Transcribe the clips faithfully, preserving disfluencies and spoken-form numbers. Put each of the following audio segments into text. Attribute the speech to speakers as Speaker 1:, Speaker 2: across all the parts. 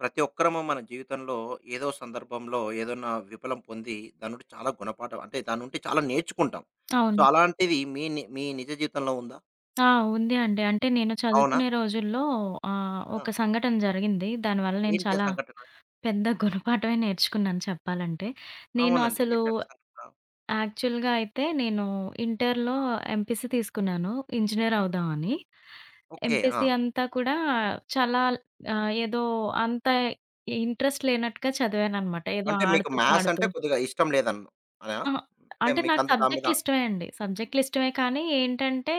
Speaker 1: ప్రతి ఒక్కరము మన జీవితంలో ఏదో సందర్భంలో ఏదైనా విఫలం పొంది దాని నుండి చాలా గుణపాఠం అంటే దాని నుండి చాలా నేర్చుకుంటాం. సో,
Speaker 2: అవును.
Speaker 1: అలాంటిది మీ ని మీ నిజ జీవితంలో ఉందా?
Speaker 2: ఆ! ఉంది అండి. అంటే నేను
Speaker 1: అవునా?
Speaker 2: చదువుకునే రోజుల్లో ఆహ్,
Speaker 1: ఆ!
Speaker 2: ఒక సంఘటన జరిగింది. దానివల్ల నేను
Speaker 1: ఏంటి ఆ
Speaker 2: చాలా
Speaker 1: సంఘటన?
Speaker 2: పెద్ద గుణపాఠమే నేర్చుకున్నాను చెప్పాలంటే. నేను
Speaker 1: అవునండి.
Speaker 2: అసలు
Speaker 1: ఎట్లాంటి సంఘటన?
Speaker 2: యాక్చువల్‌గా అయితే నేను ఇంటర్‌లో ఎంపీసీ తీసుకున్నాను. ఇంజినీర్ అవుదాం అని.
Speaker 1: ఓకే. ఆ!
Speaker 2: ఎంపీసీ అంతా కూడా చాలా ఆహ్, ఏదో అంత ఇంట్రెస్ట్ లేనట్టుగా చదివాననమాట. ఏదో
Speaker 1: అంటే మీకు
Speaker 2: ఆడుతూ
Speaker 1: మ్యాథ్స్
Speaker 2: పాడుతూ.
Speaker 1: అంటే కొద్దిగా ఇష్టం లేదన్ అనా?
Speaker 2: అహా!
Speaker 1: అంటే
Speaker 2: అంటే
Speaker 1: మీకు
Speaker 2: నాకు
Speaker 1: అంత దాని మీద
Speaker 2: సబ్జెక్టులు ఇష్టమే అండి. సబ్జెక్టులు ఇష్టమే కానీ ఏంటంటే,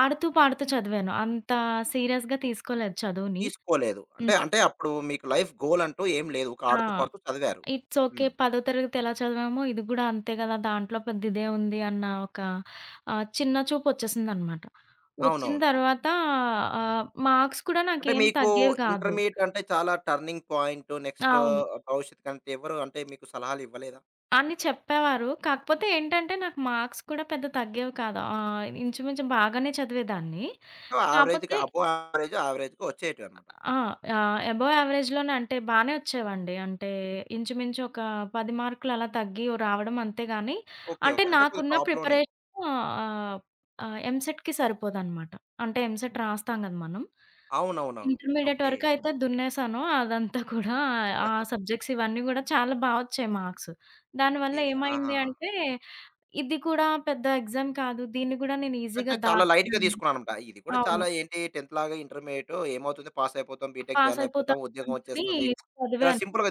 Speaker 2: ఆడుతూ పాడుతూ చదివాను. అంత సీరియస్‌గా తీసుకోలేదు చదువుని.
Speaker 1: తీసుకోలేదు. అంటే
Speaker 2: హ్మ్.
Speaker 1: అంటే అప్పుడు మీకు లైఫ్ గోల్ అంటూ ఏం లేదు. ఒక
Speaker 2: ఆ!
Speaker 1: ఆడుతూ పాడుతూ చదివారు.
Speaker 2: It's okay.
Speaker 1: హ్మ్.
Speaker 2: 10థ్ తరగతి ఎలా చదివామో ఇది గూడా అంతే గదా! దాంట్లో పెద్ద ఇదే ఉంది అన్న ఒక ఆహ్, చిన్న చూపు వచ్చేసిందనమాట. వచ్చిన
Speaker 1: అవునవును. ఓకే.
Speaker 2: తర్వాత ఆహ్, మార్క్స్ కూడా
Speaker 1: అంటే
Speaker 2: నాకేం
Speaker 1: మీకు
Speaker 2: తగ్గేవి కాదు.
Speaker 1: ఇంటర్మీడియేట్ అంటే చాలా టర్నింగ్ పాయింట్. నెక్స్ట్
Speaker 2: అవును.
Speaker 1: భవిష్యత్తుకి అంటే ఎవరు అంటే మీకు సలహాలు ఇవ్వలేదా?
Speaker 2: అని చెప్పేవారు. కాకపోతే ఏంటంటే, నాకు మార్క్స్ కూడా పెద్ద తగ్గేవి కాదు. ఆహ్, ఇంచుమించు బాగానే చదివేదాన్ని.
Speaker 1: సో, యావరేజ్‌గా
Speaker 2: కాపోతే
Speaker 1: అబోవ్ యావరేజ్, యావరేజ్‌గా వచ్చేటివన్నమాట.
Speaker 2: ఆ! ఆహ్, అబోవ్ యావరేజ్‌లోనే అంటే బానే వచ్చేవండి. అంటే ఇంచుమించు ఒక పది మార్కులు అలా తగ్గి రావడం అంతే గాని,
Speaker 1: ఓకే.
Speaker 2: అంటే
Speaker 1: ఓకే. అంటే కొద్దిగా
Speaker 2: నాకున్న
Speaker 1: టాప్‌లోనే.
Speaker 2: ప్రిపరేషన్ ఆహ్, ఆహ్, ఎంసెట్‌కి సరిపోదనమాట. అంటే ఎంసెట్ రాస్తాం కదా మనం.
Speaker 1: అవునవునవును.
Speaker 2: Intermediate
Speaker 1: okay.
Speaker 2: వరకు అయితే దున్నేసాను. అదంతా కూడా ఆ సబ్జెక్ట్స్ ఇవన్నీ కూడా చాలా బా వచ్చాయి మార్క్స్. దానివల్ల
Speaker 1: ఓకే. ఆహా!
Speaker 2: ఏమైంది అంటే, ఇది కూడా పెద్ద ఎగ్జామ్ కాదు. దీన్ని కూడా నేను
Speaker 1: అంటే
Speaker 2: ఈజీగా
Speaker 1: చాలా లైట్‌గా
Speaker 2: దాటేదాన్ని.
Speaker 1: తీసుకున్నారన్నమాట. ఇది కూడా
Speaker 2: అవును.
Speaker 1: చాలా ఏంటి 10థ్ లాగా ఇంటర్మీడియేట్ ఏమవుతుంది పాస్ అయిపోతాం, బీటెక్
Speaker 2: పాస్
Speaker 1: జాయిన్ అయిపోతాం,
Speaker 2: అయిపోతాను
Speaker 1: ఉద్యోగం
Speaker 2: అనుకుని
Speaker 1: వచ్చేస్తుంది. ఇలా
Speaker 2: చదివాను.
Speaker 1: సింపుల్‌గా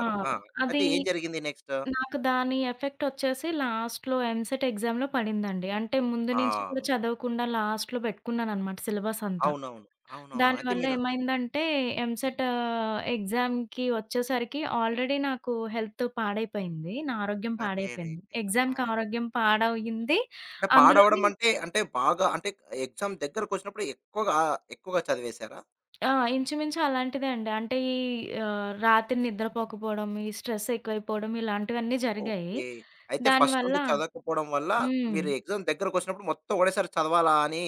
Speaker 2: ఆ!
Speaker 1: ఆ! అయితే
Speaker 2: అది
Speaker 1: ఏం జరిగింది నెక్స్ట్?
Speaker 2: నాకు దాని ఎఫెక్ట్ వచ్చేసి లాస్ట్‌లో ఎంసెట్ ఎగ్జామ్‌లో పడిందండి. అంటే ముందు నుంచి
Speaker 1: ఆ!
Speaker 2: కూడా చదవకుండా లాస్ట్‌లో పెట్టుకున్నాననమాట సిలబస్ అంతా.
Speaker 1: అవునవును. అవునవును. అయితే
Speaker 2: దానివల్ల
Speaker 1: మీరు
Speaker 2: ఏమైందంటే ఎంసెట్ ఆహ్, ఎగ్జామ్‌కి వచ్చేసరికి ఆల్రెడీ నాకు హెల్త్ పాడైపోయింది. నా ఆరోగ్యం
Speaker 1: అరెరెరే!
Speaker 2: పాడైపోయింది. ఎగ్జామ్‌కి
Speaker 1: అరె!
Speaker 2: ఆరోగ్యం పాడయింది.
Speaker 1: అంటే పాడవడం
Speaker 2: అందులోని
Speaker 1: అంటే, అంటే బాగా అంటే ఎగ్జామ్ దగ్గరకొచ్చినప్పుడు ఎక్కువగా ఎక్కువగా చదివేశారా?
Speaker 2: ఆ! ఇంచుమించు అలాంటిదే అండి. అంటే ఈ ఆహ్, రాత్రి నిద్రపోకపోవడం, ఈ స్ట్రెస్ ఎక్కువైపోవడం ఇలాంటివన్నీ జరిగాయి.
Speaker 1: ఓకే. అయితే ఫస్ట్
Speaker 2: దానివల్ల
Speaker 1: నుండి చదవకపోవడం వల్ల
Speaker 2: హ్మ్.
Speaker 1: మీరు ఎగ్జామ్ దగ్గరకొచ్చినప్పుడు మొత్తం ఒకటేసారి చదవాలా అని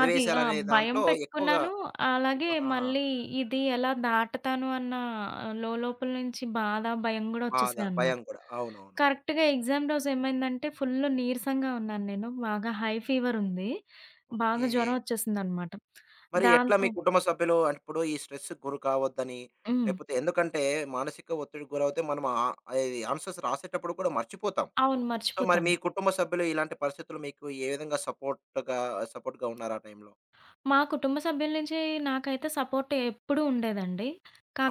Speaker 2: అది. ఆ! భయం
Speaker 1: దాంట్లో ఎక్కువగా
Speaker 2: పెట్టుకున్నాను. అలాగే
Speaker 1: ఆ!
Speaker 2: మళ్ళీ ఇది ఎలా దాటతాను అన్న లోలోపల నుంచి బాధ, భయం గూడా
Speaker 1: బాధ,
Speaker 2: ఒచ్చేసాయన్నమాట.
Speaker 1: భయం కూడా. అవునవును.
Speaker 2: కరెక్ట్‌గా ఎగ్జామ్ రోజు ఏమైందంటే ఫుల్ నీరసంగా ఉన్నాను నేను. బాగా హై ఫీవర్ ఉంది. బాగా
Speaker 1: ఓకే.
Speaker 2: జ్వరం ఒచ్చేసిందన్నమాట.
Speaker 1: మరి ఎట్లా
Speaker 2: దాంతో
Speaker 1: మీ కుటుంబ సభ్యులు అంటే ఇప్పుడు ఈ స్ట్రెస్‌కి గురి కావద్దని
Speaker 2: హ్మ్.
Speaker 1: లేకపోతే ఎందుకంటే మానసిక ఒత్తిడికి గురవుతే మనం ఆహ్, ఇది ఆన్సర్స్ రాసేటప్పుడు కూడా మర్చిపోతాం.
Speaker 2: అవును.
Speaker 1: సో, మరి
Speaker 2: మర్చిపోతాం.
Speaker 1: మీ కుటుంబ సభ్యులు ఇలాంటి పరిస్థితులు మీకు ఏ విధంగా సపోర్ట్‌గా సపోర్ట్‌గా ఉన్నారు ఆ టైంలో?
Speaker 2: మా కుటుంబ సభ్యుల నుంచి నాకైతే సపోర్ట్ ఎప్పుడూ ఉండేదండి.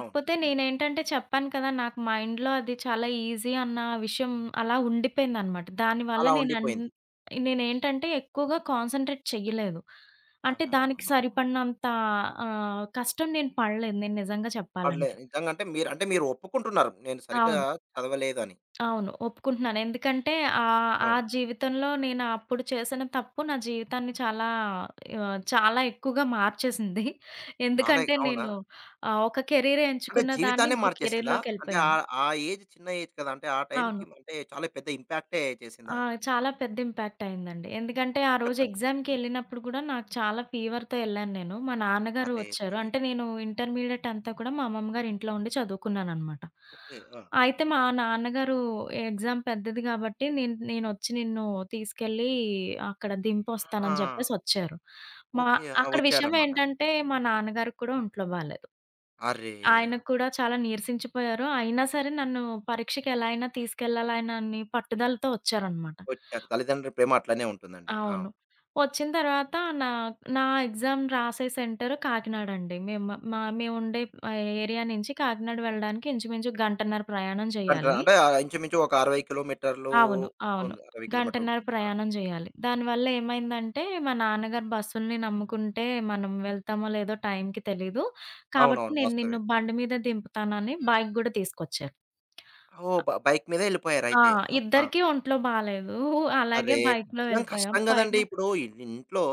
Speaker 1: అవును. హ్మ్.
Speaker 2: నేనేంటంటే చెప్పాను కదా! నాకు మైండ్‌లో అది చాలా ఈజీ అన్న విషయం అలా ఉండిపోయిందనమాట. దానివల్ల
Speaker 1: అలా
Speaker 2: నేను అన్
Speaker 1: ఉండిపోయింది.
Speaker 2: నేనేంటంటే ఎక్కువగా కాన్సంట్రేట్ చెయ్యలేదు. అంటే
Speaker 1: ఆహా!
Speaker 2: దానికి సరిపడినంత ఆహ్, కష్టం నేను పడలేదు నేను నిజంగా
Speaker 1: పర్లేదు.
Speaker 2: చెప్పాలంటే.
Speaker 1: నిజంగా అంటే మీరు అంటే మీరు ఒప్పుకుంటున్నారు. నేను సరిగ్గా
Speaker 2: అవును.
Speaker 1: చదవలేదని.
Speaker 2: అవును. ఒప్పుకుంటున్నాను. ఎందుకంటే ఆహ్, ఆ
Speaker 1: అవును.
Speaker 2: జీవితంలో నేను అప్పుడు చేసిన తప్పు నా జీవితాన్ని చాలా ఆహ్, చాలా ఎక్కువగా మార్చేసింది.
Speaker 1: చాలా
Speaker 2: ఎందుకంటే
Speaker 1: అవునా?
Speaker 2: నేను ఆహ్, ఒక కెరీర్
Speaker 1: అంటే
Speaker 2: ఎంచుకున్న దాన్ని
Speaker 1: జీవితాన్నే
Speaker 2: ఇంకో
Speaker 1: మార్చేసిందా? అంటే
Speaker 2: కెరీర్‌లోకెళ్ళిపోయాను.
Speaker 1: ఆహ్, ఆ ఏజ్ చిన్న ఏజ్ కదా! అంటే ఆ టైంకి
Speaker 2: అవును.
Speaker 1: అంటే చాలా పెద్ద ఇంపాక్టే
Speaker 2: ఆ!
Speaker 1: చేసిందా?
Speaker 2: చాలా పెద్ద ఇంపాక్ట్ అయిందండి. ఎందుకంటే
Speaker 1: ఓకే.
Speaker 2: ఆ రోజు
Speaker 1: చెప్పండి. హ్మ్.
Speaker 2: ఎగ్జామ్‌కెళ్ళినప్పుడు గూడా నాకు చాలా ఫీవర్‌తో ఎళ్ళాను నేను. మా నాన్నగారు వచ్చారు.
Speaker 1: అరెరే!
Speaker 2: అంటే నేను ఇంటర్మీడియేట్ అంతా కూడా మా అమ్మమ్మ గారి ఇంట్లో ఉండి చదువుకున్నాననమాట.
Speaker 1: ఓకే. ఆ!
Speaker 2: అయితే మా నాన్నగారు ఎగ్జామ్ పెద్దది గాబట్టి నేను నేనొచ్చి నిన్ను తీసుకెళ్ళి అక్కడ
Speaker 1: ఆ!
Speaker 2: దింపొస్తానని జెప్పేసి వచ్చారు. మా
Speaker 1: ఓకే. ఆ!
Speaker 2: అక్కడ విషయం
Speaker 1: వచ్చారన్నమాట.
Speaker 2: ఏంటంటే మా నాన్నగారికి కూడా ఒంట్లో బాలేదు.
Speaker 1: అర్రే!
Speaker 2: ఆయనకు
Speaker 1: అర్రే!
Speaker 2: కూడా చాలా నీరసించిపోయారు. అయినా సరే నన్ను పరీక్షకి ఎలా అయినా తీసుకెళ్ళాలనని పట్టుదలతో వచ్చారనమాట.
Speaker 1: వచ్చారు. తల్లిదండ్రుల ప్రేమ అట్లనే ఉంటుందండి. ఆ!
Speaker 2: అవును. వచ్చిన తర్వాత నా నా ఎగ్జామ్ రాసే సెంటర్ కాకినాడండి. మేము మా మేముండే ఆహ్, ఏరియా నుంచి కాకినాడ వెళ్ళడానికి ఇంచుమించు గంటన్నర ప్రయాణం
Speaker 1: అంటే
Speaker 2: చేయాలి.
Speaker 1: అంటే ఆహ్, ఇంచుమించు ఒక అరవై కిలోమీటర్లు
Speaker 2: అవును. అవును.
Speaker 1: ఉంటుంది. అరవై కిలోమీటర్లు
Speaker 2: గంటన్నర
Speaker 1: ఉంటుంది. ఆ!
Speaker 2: ప్రయాణం చేయాలి. దానివల్ల ఏమైందంటే, మా నాన్నగారు బస్సుల్ని నమ్ముకుంటే మనం వెళ్తామో లేదో టైంకి తెలీదు. కాబట్టి
Speaker 1: అవునవును.
Speaker 2: నేను
Speaker 1: వాస్తవమే.
Speaker 2: నిన్ను బండి మీద దింపుతానని బైక్ గూడా తీసుకొచ్చారు.
Speaker 1: ఓహ్! బ బైక్ మీదే
Speaker 2: ఆ!
Speaker 1: ఎళ్ళిపోయారయితే. ఆహా!
Speaker 2: ఇద్దరికీ ఒంట్లో బాలేదు. అలాగే
Speaker 1: అరే!
Speaker 2: బైక్‌లో
Speaker 1: నిజం
Speaker 2: వెళ్ళిపోయాం.
Speaker 1: కష్టం గదండీ!
Speaker 2: పైగా
Speaker 1: ఇప్పుడు ఇన్ ఇంట్లో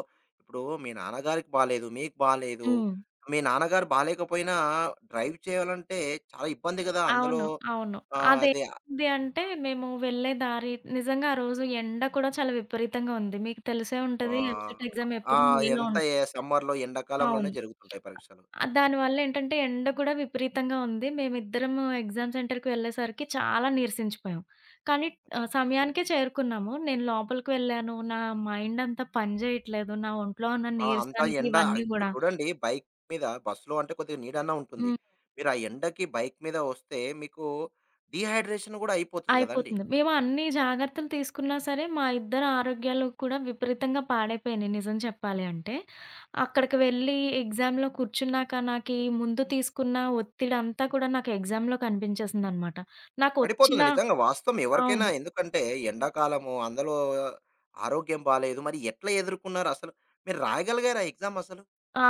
Speaker 1: ఇప్పుడు మీ నాన్నగారికి బాలేదు, మీకు బాలేదు.
Speaker 2: హ్మ్.
Speaker 1: మీ నాన్నగారు బాలేకపోయినా డ్రైవ్ చేయాలంటే చాలా ఇబ్బంది గదా! అందులో
Speaker 2: అవును. అవును.
Speaker 1: ఆహ్, అదే
Speaker 2: అదేమైంది అంటే మేము వెళ్ళే దారి నిజంగా ఆ రోజు ఎండ కూడా చాలా విపరీతంగా ఉంది. మీకు తెలిసే ఉంటది
Speaker 1: ఆహ్,
Speaker 2: ఎంసెట్ ఎగ్జామ్
Speaker 1: ఆ!
Speaker 2: ఎప్పుడు మేలో
Speaker 1: ఎంత ఏ
Speaker 2: ఉంటుంది.
Speaker 1: సమ్మర్‌లో, ఎండాకాలంలోనే
Speaker 2: అవును.
Speaker 1: జరుగుతుంటాయి పరీక్షలు.
Speaker 2: ఆహ్, దానివల్ల ఏంటంటే ఎండ కూడా విపరీతంగా ఉంది. మేమిద్దరము ఎగ్జామ్ సెంటర్‌కి వెళ్ళేసరికి చాలా నీరసించిపోయాం. కానీ ఆహ్, సమయానికే చేరుకున్నాము. నేను లోపలికి వెళ్ళాను. నా మైండ్ అంతా పని చేయట్లేదు. నా ఒంట్లో ఉన్న
Speaker 1: ఆ! అంతా
Speaker 2: నీరసానికి
Speaker 1: ఎండ
Speaker 2: ఇవన్నీ
Speaker 1: ఇప్పుడు
Speaker 2: గూడా.
Speaker 1: చూడండి బైక్ మీద బస్‌లో అంటే కొద్దిగా నీడన్నా ఉంటుంది.
Speaker 2: హ్మ్.
Speaker 1: మీరు ఆ ఎండకి బైక్ మీద వస్తే మీకు డీహైడ్రేషన్ గూడా అయిపోతది గదండీ!
Speaker 2: అయిపోతుంది. మేము అన్ని జాగ్రత్తలు తీసుకున్నా సరే, మా ఇద్దరి ఆరోగ్యాలు కూడా విపరీతంగా పాడైపోయినాయి నిజం చెప్పాలి అంటే. అక్కడికి
Speaker 1: అరెరే!
Speaker 2: వెళ్ళి ఎగ్జామ్‌లో కూర్చున్నాక నాకీ ముందు తీసుకున్న ఒత్తిడంతా కూడా నాకు ఎగ్జామ్‌లో కనిపించేసిందనమాట. నాకు వచ్చిన
Speaker 1: పడిపోతుంది నిజంగా వాస్తవం ఎవరికైనా.
Speaker 2: అవును.
Speaker 1: ఎందుకంటే ఎండాకాలము అందులో ఆరోగ్యం బాలేదు. మరి ఎట్లా ఎదుర్కున్నారు అసలు? మీరు రాయగలిగారా ఎగ్జామ్ అసలు?
Speaker 2: ఆ!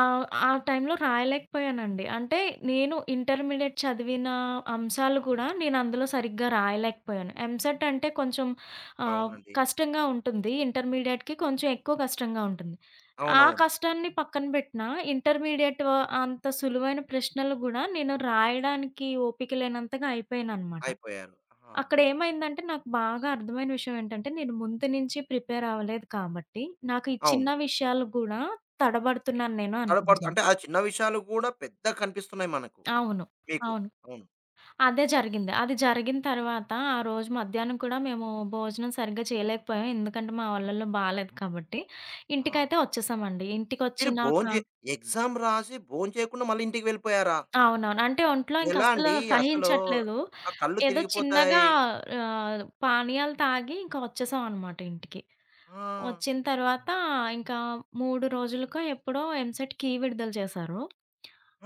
Speaker 2: ఆ టైంలో రాయలేకపోయానండి. అంటే నేను ఇంటర్మీడియేట్ చదివిన అంశాలు కూడా నేను అందులో సరిగ్గా రాయలేకపోయాను. ఎంసెట్ అంటే
Speaker 1: హ్మ్.
Speaker 2: కొంచెం ఆహ్,
Speaker 1: అవునండి.
Speaker 2: కష్టంగా ఉంటుంది. ఇంటర్మీడియేట్‌కి కొంచెం ఎక్కువ కష్టంగా ఉంటుంది. ఆ
Speaker 1: అవునవును.
Speaker 2: కష్టాన్ని పక్కన పెట్టినా ఇంటర్మీడియేట్ అంత సులువైన ప్రశ్నలు గూడా నేను రాయడానికి ఓపిక లేనంతగా అయిపోయాననమాట.
Speaker 1: అయిపోయారు. ఆ!
Speaker 2: అక్కడేమైందంటే, నాకు బాగా అర్థమైన విషయం ఏంటంటే, నేను ముందు నుంచి ప్రిపేర్ అవ్వలేదు కాబట్టి, నాకు ఈ చిన్న
Speaker 1: అవును.
Speaker 2: విషయాలు గూడా తడబడుతున్నాను నేను
Speaker 1: తడపడుతు
Speaker 2: అనిపించింది.
Speaker 1: అంటే ఆ చిన్న విషయాలు గూడా పెద్దగా కనిపిస్తున్నాయి మనకు.
Speaker 2: అవును.
Speaker 1: మీకు.
Speaker 2: అవును.
Speaker 1: అవును.
Speaker 2: అదే జరిగింది. అది జరిగిన తర్వాత, ఆ రోజు మధ్యాహ్నం కూడా మేము భోజనం సరిగ్గా చేయలేకపోయాం. ఎందుకంటే, మా వళ్ళల్లో బాలేదు కాబట్టి. ఇంటికైతే
Speaker 1: అవునవును.
Speaker 2: ఒచ్చేసామండి.
Speaker 1: మీరు
Speaker 2: ఇంటికొచ్చినాక
Speaker 1: భోంచే ఎగ్జామ్ రాసి భోంచేయకుండా మళ్ళీ ఇంటికి వెళ్ళిపోయారా?
Speaker 2: అవునవును. అంటే ఒంట్లో
Speaker 1: ఎలా
Speaker 2: ఇంకస్సలు
Speaker 1: అండి? అసలు
Speaker 2: సహించట్లేదు.
Speaker 1: ఆ కళ్ళు
Speaker 2: ఏదో చిన్నగా
Speaker 1: తిరిగిపోతాయి.
Speaker 2: ఆహ్, పానీయాలు తాగి, ఇంక ఒచ్చేసామనమాట ఇంటికి.
Speaker 1: ఆ!
Speaker 2: వచ్చిన తర్వాత ఇంకా మూడు రోజులకో ఎప్పుడో ఎంసెట్ కీ విడుదల చేశారు.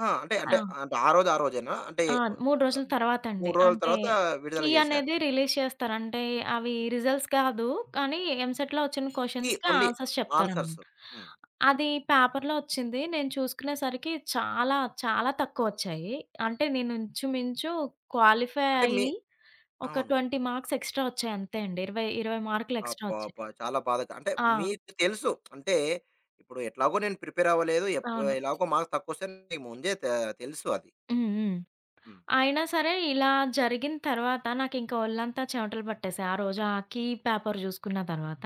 Speaker 1: ఆ! అంటే
Speaker 2: ఆ!
Speaker 1: అంటే అంటే ఆ రోజు ఆ రోజేనా? అంటే
Speaker 2: ఆ! మూడు రోజుల తర్వాతండి.
Speaker 1: మూడు రోజుల
Speaker 2: అంటే
Speaker 1: తర్వాత విడుదల
Speaker 2: కీ
Speaker 1: జేశారు.
Speaker 2: అనేది రిలీజ్ చేస్తారు. అంటే అవి రిజల్ట్స్ కాదు. కానీ ఎంసెట్‌లో వచ్చిన
Speaker 1: ఈ
Speaker 2: క్వెషన్స్‌కి
Speaker 1: ఓన్లీ
Speaker 2: ఆన్సర్స్
Speaker 1: ఆన్సర్స్.
Speaker 2: చెప్తారనమాట.
Speaker 1: హ్మ్.
Speaker 2: అది పేపర్‌లో వచ్చింది. నేను చూసుకునేసరికి చాలా, చాలా తక్కువొచ్చాయి. అంటే నేను ఇంచుమించు క్వాలిఫై
Speaker 1: అంటే మీ
Speaker 2: అయ్యి ఒక
Speaker 1: అవును.
Speaker 2: ఇరవై మార్క్స్ ఎక్స్‌ట్రా వచ్చాయి అంతే అండి. 20, 20 మార్కులు ఎక్స్‌ట్రా వచ్చాయి.
Speaker 1: అబ్బబ్బా! చాలా బాధాకరం. అంటే
Speaker 2: ఆ!
Speaker 1: మీకు తెలుసు. అంటే ఇప్పుడు ఎట్లాగో నేను ప్రిపేర్ అవ్వలేదు. ఎప్
Speaker 2: అవును.
Speaker 1: ఎలాగో మార్క్స్ తక్కువొస్తాయని మీకు ముందే తే తెలుసు అది.
Speaker 2: హ్మ్. హ్మ్.
Speaker 1: హ్మ్.
Speaker 2: అయినా సరే ఇలా జరిగిన తర్వాత నాకింక ఒళ్ళంతా చెమటలు పట్టేసాయి. ఆ రోజు ఆకీ పేపర్ జూసుకున్న తర్వాత.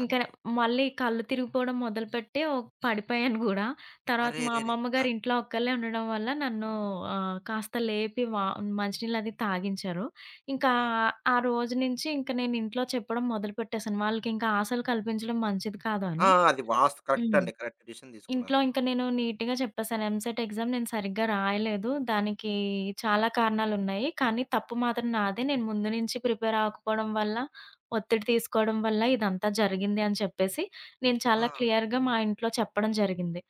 Speaker 2: ఇంక మళ్ళీ కళ్ళు తిరిగిపోవడం మొదలుపెట్టి ఓ పడిపోయాను గూడా. తర్వాత మా
Speaker 1: అరెరెరే!
Speaker 2: అమ్మమ్మ
Speaker 1: ఆ!
Speaker 2: గారు ఇంట్లో ఒక్కళ్ళే ఉండడం వల్ల నన్ను ఆహ్, కాస్త లేపి వా మంచినీళ్ళది తాగించారు. ఇంకా
Speaker 1: ఆ!
Speaker 2: ఆ ఆ రోజు నుంచి ఇంక నేను ఇంట్లో చెప్పడం మొదలుపెట్టేసాను. వాళ్ళకింక ఆశలు కల్పించడం మంచిది కాదు
Speaker 1: ఆ!
Speaker 2: అని.
Speaker 1: అది వాస్త్ కరెక్ట్
Speaker 2: హ్మ్.
Speaker 1: అండి. కరెక్ట్ డిసిషన్ తీసుకున్నారు.
Speaker 2: ఇంట్లో ఇంక
Speaker 1: అవును.
Speaker 2: నేను నీట్‌గా చెప్పేసాను. ఎంసెట్ ఎగ్జామ్ నేను సరిగ్గా రాయలేదు. దానికి చాలా కారణాలున్నాయి. కానీ తప్పు మాత్రం నాదే. నేను ముందు నుంచి ప్రిపేర్ అవ్వకపోవడం వల్ల, ఒత్తిడి తీసుకోవడం వల్ల ఇదంతా జరిగింది అని చెప్పేసి నేను చాలా
Speaker 1: ఆ!
Speaker 2: క్లియర్‌గా మా ఇంట్లో చెప్పడం జరిగింది.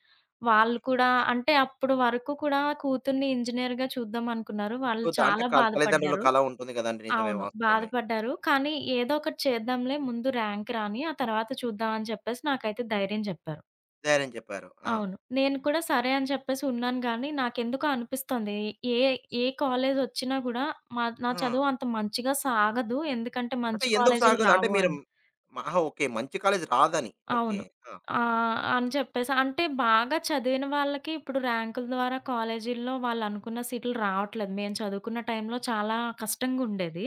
Speaker 2: వాళ్ళు
Speaker 1: ఓకే.
Speaker 2: కూడా
Speaker 1: ఆ!
Speaker 2: అంటే అప్పుడు వరకు కూడా కూతుర్ని ఇంజినీర్‌గా చూద్దాం అనుకున్నారు.
Speaker 1: సో,
Speaker 2: వాళ్ళు
Speaker 1: ద అంటే
Speaker 2: చాలా
Speaker 1: కల్ తల్లిదండ్రుల
Speaker 2: బాధపడ్డారు.
Speaker 1: కల ఉంటుంది కదండీ! నిజమే
Speaker 2: అవును.
Speaker 1: వాస్తవమే.
Speaker 2: బాధపడ్డారు. కానీ ఏదో ఒకటి చేద్దాంలే ముందు ర్యాంక్ రాని ఆ తర్వాత చూద్దాం అని చెప్పేసి నాకైతే ధైర్యం చెప్పారు.
Speaker 1: ధైర్యం చెప్పారు. ఆ!
Speaker 2: అవును. నేను కూడా సరే అని చెప్పేసి ఉన్నాను గానీ, నాకెందుకో అనిపిస్తుంది. ఏ ఏ కాలేజొచ్చినా గూడా మా నా
Speaker 1: ఆ!
Speaker 2: చదువు అంత మంచిగా సాగదు. ఎందుకంటే
Speaker 1: అంటే
Speaker 2: మంచి
Speaker 1: ఎందుకు
Speaker 2: కాలేజీలు
Speaker 1: సాగదు? అంటే
Speaker 2: రావు
Speaker 1: మీరు
Speaker 2: అని.
Speaker 1: ఆహా! ఓకే. మంచి కాలేజ్ రాదని. ఓకే.
Speaker 2: అవును.
Speaker 1: ఆ!
Speaker 2: ఆహ్, అని చెప్పేసి అంటే బాగా చదివిన వాళ్ళకి ఇప్పుడు ర్యాంకుల ద్వారా కాలేజీల్లో వాళ్ళనుకున్న సీట్లు రావట్లేదు. మేము చదువుకున్న టైంలో చాలా కష్టంగుండేది.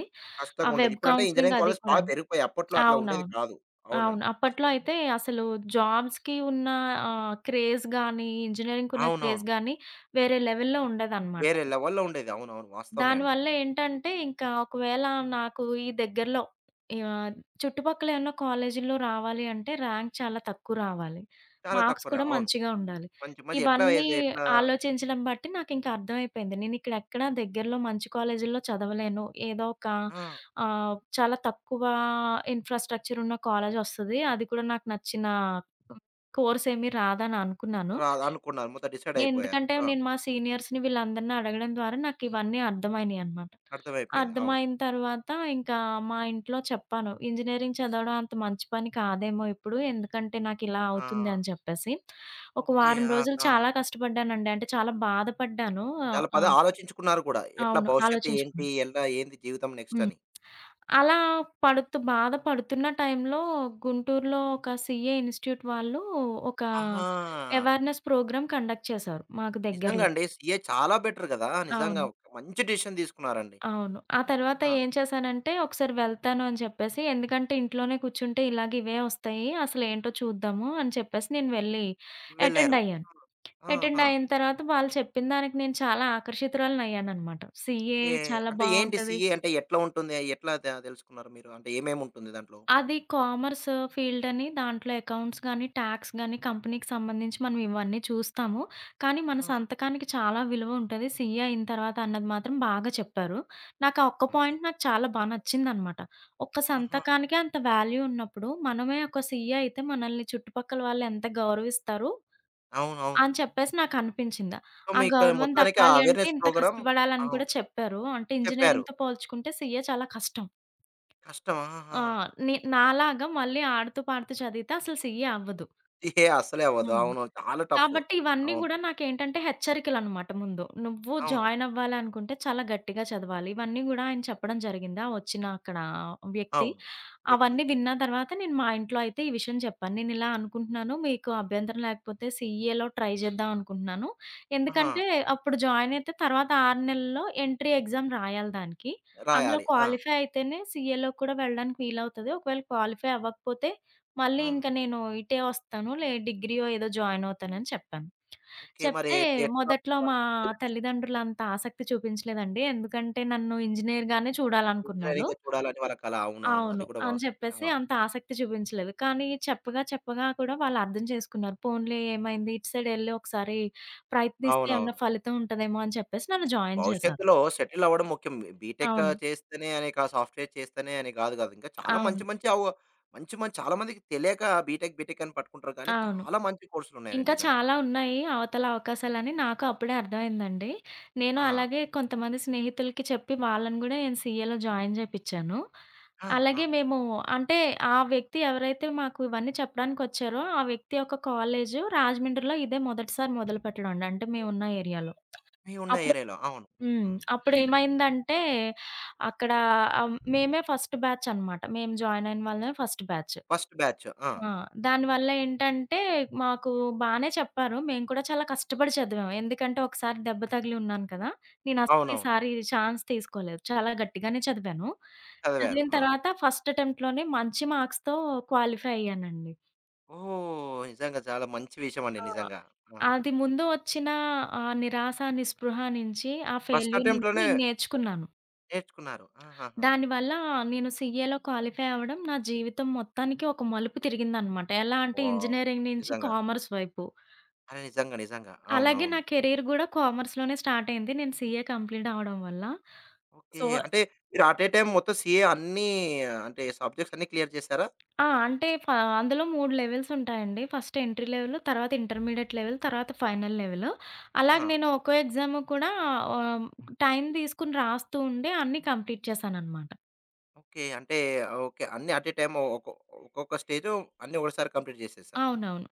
Speaker 2: ఆ
Speaker 1: కష్టంగా ఉండేది.
Speaker 2: వెబ్
Speaker 1: ఇప్పుడంటే
Speaker 2: కౌన్సెలింగ్
Speaker 1: ఇంజినీరింగ్
Speaker 2: అది
Speaker 1: కాలేజ్ బాగా
Speaker 2: కూడాను.
Speaker 1: పెరిగిపోయాయి. అప్పట్లో అట్లా ఉండేది
Speaker 2: అవునవును.
Speaker 1: కాదు.
Speaker 2: అవును.
Speaker 1: అవునండి.
Speaker 2: అప్పట్లో
Speaker 1: వాస్తవమే.
Speaker 2: అయితే అసలు జాబ్స్‌కి ఉన్న ఆహ్, క్రేజ్ గాని, ఇంజినీరింగ్‌కున్న
Speaker 1: అవునవును.
Speaker 2: క్రేజ్ గాని వేరే లెవెల్‌లో ఉండేదనమాట.
Speaker 1: వేరే లెవెల్‌లో ఉండేది. అవునవును. వాస్తవమే అండి.
Speaker 2: దానివల్ల ఏంటంటే, ఇంకా ఒకవేళ నాకు ఈ దగ్గరలో ఆహ్, చుట్టుపక్కల ఏమన్నా కాలేజీల్లో రావాలి అంటే ర్యాంక్ చాలా తక్కువ రావాలి.
Speaker 1: చాలా
Speaker 2: మార్క్స్
Speaker 1: తక్కువ రా
Speaker 2: కూడా
Speaker 1: అవును.
Speaker 2: మంచిగా ఉండాలి.
Speaker 1: మంచి మంచి ఎట్లా
Speaker 2: ఇవన్నీ
Speaker 1: ఏది ఎట్లా
Speaker 2: ఆలోచించడం బట్టి నాకింకా అర్థమైపోయింది. నేనిక్కడెక్కడ దగ్గరలో మంచి కాలేజీల్లో చదవలేను. ఏదో ఒక
Speaker 1: ఆ!
Speaker 2: ఆహ్, చాలా తక్కువ ఇన్‌ఫ్రాస్ట్రక్చర్ ఉన్న కాలేజొస్తది. అది కూడా నాకు నచ్చిన కోర్స్ ఏమీ రాదని అనుకున్నాను.
Speaker 1: రాదనుకున్నారు. మొత్తం డిసైడ్ అయిపోయారు.
Speaker 2: ఎందుకంటే
Speaker 1: ఆ!
Speaker 2: నేను మా సీనియర్స్‌ని వీళ్ళందరిని అడగడం ద్వారా నాకివన్నీ అర్థమైనియనమాట.
Speaker 1: అర్థమైపోయింది. అవును.
Speaker 2: అర్థమైన తర్వాత ఇంకా మా ఇంట్లో చెప్పాను. ఇంజినీరింగ్ చదవడం అంత మంచి పని కాదేమో ఇప్పుడు. ఎందుకంటే నాకిలా
Speaker 1: ఆ!
Speaker 2: అవుతుంది అని చెప్పేసి. ఒక
Speaker 1: ఓకే.
Speaker 2: వారం రోజులు
Speaker 1: ఆహా!
Speaker 2: చాలా కష్టపడ్డానండి. అంటే చాలా బాధపడ్డాను. ఆహ్,
Speaker 1: చాలా పద
Speaker 2: ఆ!
Speaker 1: ఆలోచించుకున్నారు కూడా. ఎట్లా
Speaker 2: అవును.
Speaker 1: భవిష్యత్తు ఏంటి?
Speaker 2: ఆలోచించుకున్నాను.
Speaker 1: ఎలా ఏంది జీవితం నెక్స్ట్
Speaker 2: హ్మ్.
Speaker 1: అని.
Speaker 2: అలా పడుతూ బాధ పడుతున్న టైంలో గుంటూరులో ఒక సీఏ ఇన్‌స్టిట్యూట్ వాళ్ళు ఒక
Speaker 1: ఆహా!
Speaker 2: అవేర్‌నెస్ ప్రోగ్రామ్ కండక్ట్ చేశారు మాకు
Speaker 1: నిజంగా
Speaker 2: దగ్గరలో.
Speaker 1: అండి. సీఏ చాలా బెటర్ గదా! నిజంగా
Speaker 2: అవును.
Speaker 1: ఒక మంచి డిసిషన్ తీసుకున్నారండి.
Speaker 2: అవును. ఆ తర్వాత
Speaker 1: ఆ!
Speaker 2: ఏం చేశానంటే ఒకసారి వెళ్తాను అని చెప్పేసి, ఎందుకంటే ఇంట్లోనే కూర్చుంటే ఇలాగ ఇవే వస్తాయి. అసలేంటో చూద్దాము అని చెప్పేసి నేను వెళ్ళి అటెండ్
Speaker 1: వెళ్లారు.
Speaker 2: అయ్యాను.
Speaker 1: ఆ!
Speaker 2: అటెండ్
Speaker 1: ఆహా!
Speaker 2: అయిన తర్వాత వాళ్ళు చెప్పిన దానికి నేను చాలా ఆకర్షితురాలినయ్యాననమాట. CA
Speaker 1: okay.
Speaker 2: చాలా
Speaker 1: అంటే ఏంటి
Speaker 2: బావుంటది.
Speaker 1: సీఏ అంటే ఎట్లా ఉంటుంది? ఎట్లా తే తెలుసుకున్నారు మీరు? అంటే ఏమేమి ఉంటుంది దాంట్లో?
Speaker 2: అది కామర్స్ ఫీల్డని దాంట్లో అకౌంట్స్ గానీ, టాక్స్ గానీ, కంపెనీకి సంబంధించి మనం ఇవన్నీ చూస్తాము. కానీ మన
Speaker 1: ఆ!
Speaker 2: సంతకానికి చాలా విలువ ఉంటది. సీఏ అయిన తర్వాత అన్నది మాత్రం బాగా చెప్పారు. నాకా ఒక్క
Speaker 1: ఓకే.
Speaker 2: పాయింట్ నాకు చాలా బా నచ్చిందనమాట. ఒక్క
Speaker 1: ఆహా!
Speaker 2: సంతకానికే అంత వాల్యూ ఉన్నప్పుడు, మనమే ఒక సీఏ అయితే మనల్ని చుట్టుపక్కల వాళ్ళెంత గౌరవిస్తారు
Speaker 1: అవునవును.
Speaker 2: అని చెప్పేసి నాకనిపించింది.
Speaker 1: సో,
Speaker 2: ఆ
Speaker 1: మీకు
Speaker 2: గౌరవం
Speaker 1: మొత్తానికి ఆ
Speaker 2: దక్కాలి అంటే
Speaker 1: అవేర్‌నెస్
Speaker 2: ఇంత
Speaker 1: ప్రోగ్రామ్
Speaker 2: కష్టపడాలని
Speaker 1: అవును.
Speaker 2: కూడా చెప్పారు. అంటే
Speaker 1: చెప్పారు.
Speaker 2: ఇంజినీరింగ్‌తో పోల్చుకుంటే సీఏ చాలా కష్టం.
Speaker 1: కష్టం. ఆహాహా!
Speaker 2: ఆ! నే నాలాగా మళ్ళీ ఆడుతూ పాడుతూ చదివితే అసలు సీఏ అవ్వదు.
Speaker 1: సీఏ అస్సలే అవ్వదు.
Speaker 2: హ్మ్.
Speaker 1: అవును. చాలా టఫ్.
Speaker 2: కాబట్టి ఇవన్నీ
Speaker 1: అవును.
Speaker 2: గూడా నాకేంటంటే హెచ్చరికలనమాట ముందు. నువ్వు
Speaker 1: అవును.
Speaker 2: జాయిన్ అవ్వాలి అనుకుంటే చాలా గట్టిగా చదవాలి. ఇవన్నీ గూడా ఆయన చెప్పడం జరిగింది. ఆ వచ్చిన అక్కడ వ్యక్తి.
Speaker 1: అవును. వ్యక్తి.
Speaker 2: అవన్నీ
Speaker 1: ఆ!
Speaker 2: విన్న తర్వాత నేను మా ఇంట్లో అయితే ఈ విషయం చెప్పాను. "నేనిలా అనుకుంటున్నాను. మీకు అభ్యంతరం లేకపోతే సీఏలో ట్రై చేద్దాం అనుకుంటున్నాను.
Speaker 1: ఆహా!
Speaker 2: ఎందుకంటే అప్పుడు జాయిన్ అయితే తర్వాత ఆరు నెలల్లో ఎంట్రీ ఎగ్జామ్ రాయాలి దానికి. అందులో
Speaker 1: రాయాలి. ఆ!
Speaker 2: క్వాలిఫై అయితేనే సీఏలోకి కూడా వెళ్ళడానికి వీలవుతది. ఒకవేళ క్వాలిఫై అవ్వకపోతే మళ్ళీ
Speaker 1: ఆహా!
Speaker 2: ఇంక నేను ఇటే వస్తాను. లే డిగ్రీయో ఏదో జాయిన్ అవుతానని చెప్పాను.
Speaker 1: ఓకే. మరి
Speaker 2: చెప్తే
Speaker 1: ఎట్ ఎట్లా
Speaker 2: మొదట్లో మా తల్లిదండ్రులంత ఆసక్తి చూపించలేదండి. ఎందుకంటే నన్ను ఇంజినీర్‌గానే చూడాలనుకున్నారు.
Speaker 1: ఇంజినీరింగే చూడాలని వాళ్ళ కల. అవునవును. అది
Speaker 2: అవును.
Speaker 1: కూడా
Speaker 2: అని
Speaker 1: వాస్తవమే.
Speaker 2: చెప్పేసి
Speaker 1: ఆ!
Speaker 2: అంత ఆసక్తి చూపించలేదు. కానీ చెప్పగా చెప్పగా కూడా వాళ్ళు అర్థం చేసుకున్నారు. పోన్లే ఏమైంది ఇటు సైడ్ ఎళ్లి ఒకసారి ప్రయత్నిస్తే ఏమన్నా
Speaker 1: అవునవును.
Speaker 2: ఫలితం ఉంటదేమో అని చెప్పేసి నన్ను జాయిన్ చేశారు.
Speaker 1: భవిష్యత్తులో సెటిల్ అవ్వడం ముఖ్యం. బీటెక్
Speaker 2: అవును.
Speaker 1: చేస్తేనే అని కా సాఫ్ట్‌వేర్ చేస్తేనే అని కాదు కదా! ఇంకా చాలా
Speaker 2: అవును.
Speaker 1: మంచి మంచి అవ మంచి మంచి చాలా మందికి తెలియక బీటెక్, బీటెక్ అని పట్టుకుంటారు కానీ
Speaker 2: అవును.
Speaker 1: చాలా మంచి కోర్సులు ఉన్నాయండి
Speaker 2: ఇంకా
Speaker 1: నిజంగా.
Speaker 2: చాలా ఉన్నాయి అవతల అవకాశాలని నాకు అప్పుడే అర్థమైందండి. నేను
Speaker 1: ఆ!
Speaker 2: అలాగే కొంతమంది స్నేహితులకి చెప్పి వాళ్ళని గూడా నేను సీఏలో జాయిన్ జేపిచ్చాను.
Speaker 1: ఆ! ఆ!
Speaker 2: అలాగే మేము అంటే ఆ వ్యక్తి ఎవరైతే మాకు ఇవన్నీ చెప్పడానికొచ్చారో, ఆ వ్యక్తి యొక్క కాలేజు రాజమండ్రిలో ఇదే మొదటిసారి మొదలుపెట్టడం అండి. అంటే మేమున్న ఏరియాలో.
Speaker 1: మీ ఉన్న
Speaker 2: అప్పుడు
Speaker 1: ఏరియాలో. అవును.
Speaker 2: హ్మ్.
Speaker 1: హ్మ్.
Speaker 2: అప్పుడేమైందంటే అక్కడ ఆహ్, మేమే ఫస్ట్ బ్యాచ్ అనమాట. మేము జాయిన్ అయిన వాళ్ళమే ఫస్ట్ బ్యాచ్.
Speaker 1: First batch. ఆ!
Speaker 2: ఆ! దానివల్ల ఏంటంటే, మాకు బానే చెప్పారు. మేము కూడా చాలా కష్టపడి చదివాం. ఎందుకంటే, ఒకసారి దెబ్బ తగిలి ఉన్నాను కదా! నేనస్సలు
Speaker 1: అవునవును.
Speaker 2: ఈసారి ఛాన్స్ తీసుకోలేదు. చాలా గట్టిగానే చదివాను.
Speaker 1: చదివారు.
Speaker 2: చదివిన
Speaker 1: ఆ!
Speaker 2: తర్వాత ఫస్ట్ అటెంప్ట్‌లోనే మంచి మార్క్స్‌తో క్వాలిఫై అయ్యానండి.
Speaker 1: ఓహ్! నిజంగా చాలా మంచి విషయమండి
Speaker 2: ఆ!
Speaker 1: నిజంగా. ఆ!
Speaker 2: అది ముందు వచ్చిన ఆ నిరాశ, నిస్పృహ నుంచి, ఆ
Speaker 1: ఫస్ట్
Speaker 2: ఫెయిల్యూర్ నుంచి
Speaker 1: అటెంప్ట్‌లోనే
Speaker 2: నేను నేర్చుకున్నాను.
Speaker 1: నేర్చుకున్నారు. ఆహాహా!
Speaker 2: దానివల్ల నేను సీఏలో క్వాలిఫై అవ్వడం నా జీవితం మొత్తానికి ఒక మలుపు తిరిగిందనమాట. ఎలా అంటే,
Speaker 1: వావ్!
Speaker 2: ఇంజినీరింగ్ నుంచి
Speaker 1: నిజంగా.
Speaker 2: కామర్స్ వైపు.
Speaker 1: అరే! నిజంగా, నిజంగా.
Speaker 2: అలాగే నా
Speaker 1: అవునవును.
Speaker 2: కెరీర్ గూడా కామర్స్‌లోనే స్టార్ట్ అయింది. నేను సీఏ కంప్లీట్ అవ్వడం వల్ల.
Speaker 1: ఓకే.
Speaker 2: సో
Speaker 1: అంటే మీరు అట్ ఎ టైమ్ మొత్తం సీఏ అన్నీ అంటే సబ్జెక్ట్స్ అన్నీ క్లియర్ చేసారా?
Speaker 2: ఆ! అంటే ఫ అందులో మూడు లెవెల్స్ ఉంటాయండి. ఫస్ట్ ఎంట్రీ లెవెల్, తర్వాత ఇంటర్మీడియేట్ లెవెల్, తర్వాత ఫైనల్ లెవెల్. అలాగే
Speaker 1: ఆ!
Speaker 2: నేను ఒక్కో ఎగ్జామ్ కూడా ఆహ్, టైం తీసుకొని రాస్తూ ఉండి అన్నీ కంప్లీట్ చేశాననమాట.
Speaker 1: ఓకే. అంటే ఓకే. అన్నీ అట్ ఎ టైమ్ ఒకొ ఒక్కొక్క స్టేజు అన్నీ ఒకసారి కంప్లీట్ చేసేసారు.
Speaker 2: అవునవును.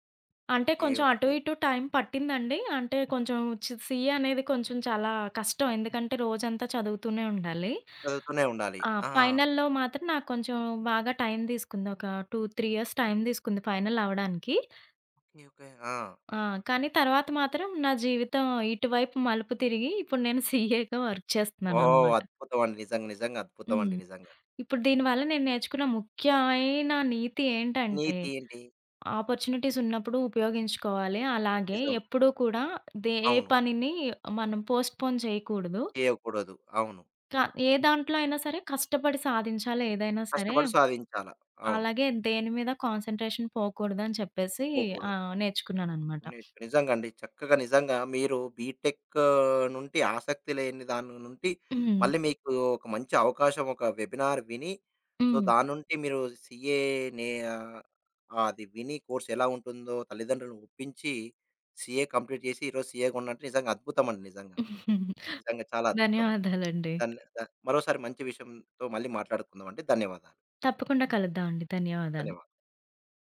Speaker 2: అంటే
Speaker 1: ఓకే.
Speaker 2: కొంచెం అటు
Speaker 1: ఓకే.
Speaker 2: ఇటు టైం పట్టిందండి. అంటే కొంచెం చి సీఏ అనేది కొంచెం చాలా కష్టం. ఎందుకంటే రోజంతా చదువుతూనే ఉండాలి.
Speaker 1: చదువుతూనే ఉండాలి.
Speaker 2: ఆ!
Speaker 1: ఆ!
Speaker 2: ఫైనల్‌లో మాత్రం నాకు కొంచెం బాగా టైం తీసుకుంది. ఒక రెండు, మూడు ఇయర్స్ టైం తీసుకుంది ఫైనల్ అవ్వడానికి.
Speaker 1: ఓకే. ఓకే. ఆ!
Speaker 2: ఆ! కానీ తర్వాత మాత్రం నా జీవితం ఇటువైపు మలుపు తిరిగి ఇప్పుడు నేను సీఏగా వర్క్
Speaker 1: ఓహ్!
Speaker 2: చేస్తున్నాననమాట.
Speaker 1: అద్భుతం అండి. నిజంగా, నిజంగా అద్భుతం
Speaker 2: హ్మ్.
Speaker 1: అండి నిజంగా.
Speaker 2: ఇప్పుడు దీనివల్ల నేను నేర్చుకున్న ముఖ్యమైన నీతి ఏంటంటే,
Speaker 1: నీతి ఏంటి?
Speaker 2: ఆపర్చునిటీస్ ఉన్నప్పుడు ఉపయోగించుకోవాలి. అలాగే
Speaker 1: నిజం.
Speaker 2: ఎప్పుడూ కూడా దే ఏ
Speaker 1: అవును.
Speaker 2: పనిని మనం పోస్ట్‌పోన్ చేయకూడదు.
Speaker 1: చేయకూడదు. అవును.
Speaker 2: క ఏ దాంట్లో అయినా సరే కష్టపడి సాధించాలి ఏదైనా సరే.
Speaker 1: కష్టపడి సాధించాల. అవును.
Speaker 2: అలాగే దేని మీద కాన్సంట్రేషన్ పోకూడదని చెప్పేసి
Speaker 1: పోకూడదు.
Speaker 2: ఆహ్, నేర్చుకున్నాననమాట.
Speaker 1: నేర్చుకో నిజంగా అండి. చక్కగా నిజంగా మీరు బీటెక్ నుండి ఆసక్తి లేని దాని నుండి
Speaker 2: హ్మ్.
Speaker 1: మళ్ళీ మీకు ఒక మంచి అవకాశం ఒక వెబినార్ విని, సో,
Speaker 2: హ్మ్.
Speaker 1: దాని నుండి మీరు సీఏ నే ఆహ్, అది విని కోర్స్ ఎలా ఉంటుందో తల్లిదండ్రులను ఒప్పించి సీఏ కంప్లీట్ చేసి ఈరోజు సీఏగా ఉన్నంటే నిజంగా అద్భుతం అండి నిజంగా. నిజంగా చాలా అద్భుతం అండి.
Speaker 2: ధన్యవాదాలండి.
Speaker 1: ధన్య ధ మరోసారి మంచి విషయంతో మళ్ళీ మాట్లాడుకుందాం అండి. ధన్యవాదాలు.
Speaker 2: తప్పకుండా కలుద్దామండి. ధన్యవాదాలు.
Speaker 1: ధన్యవాదాలు.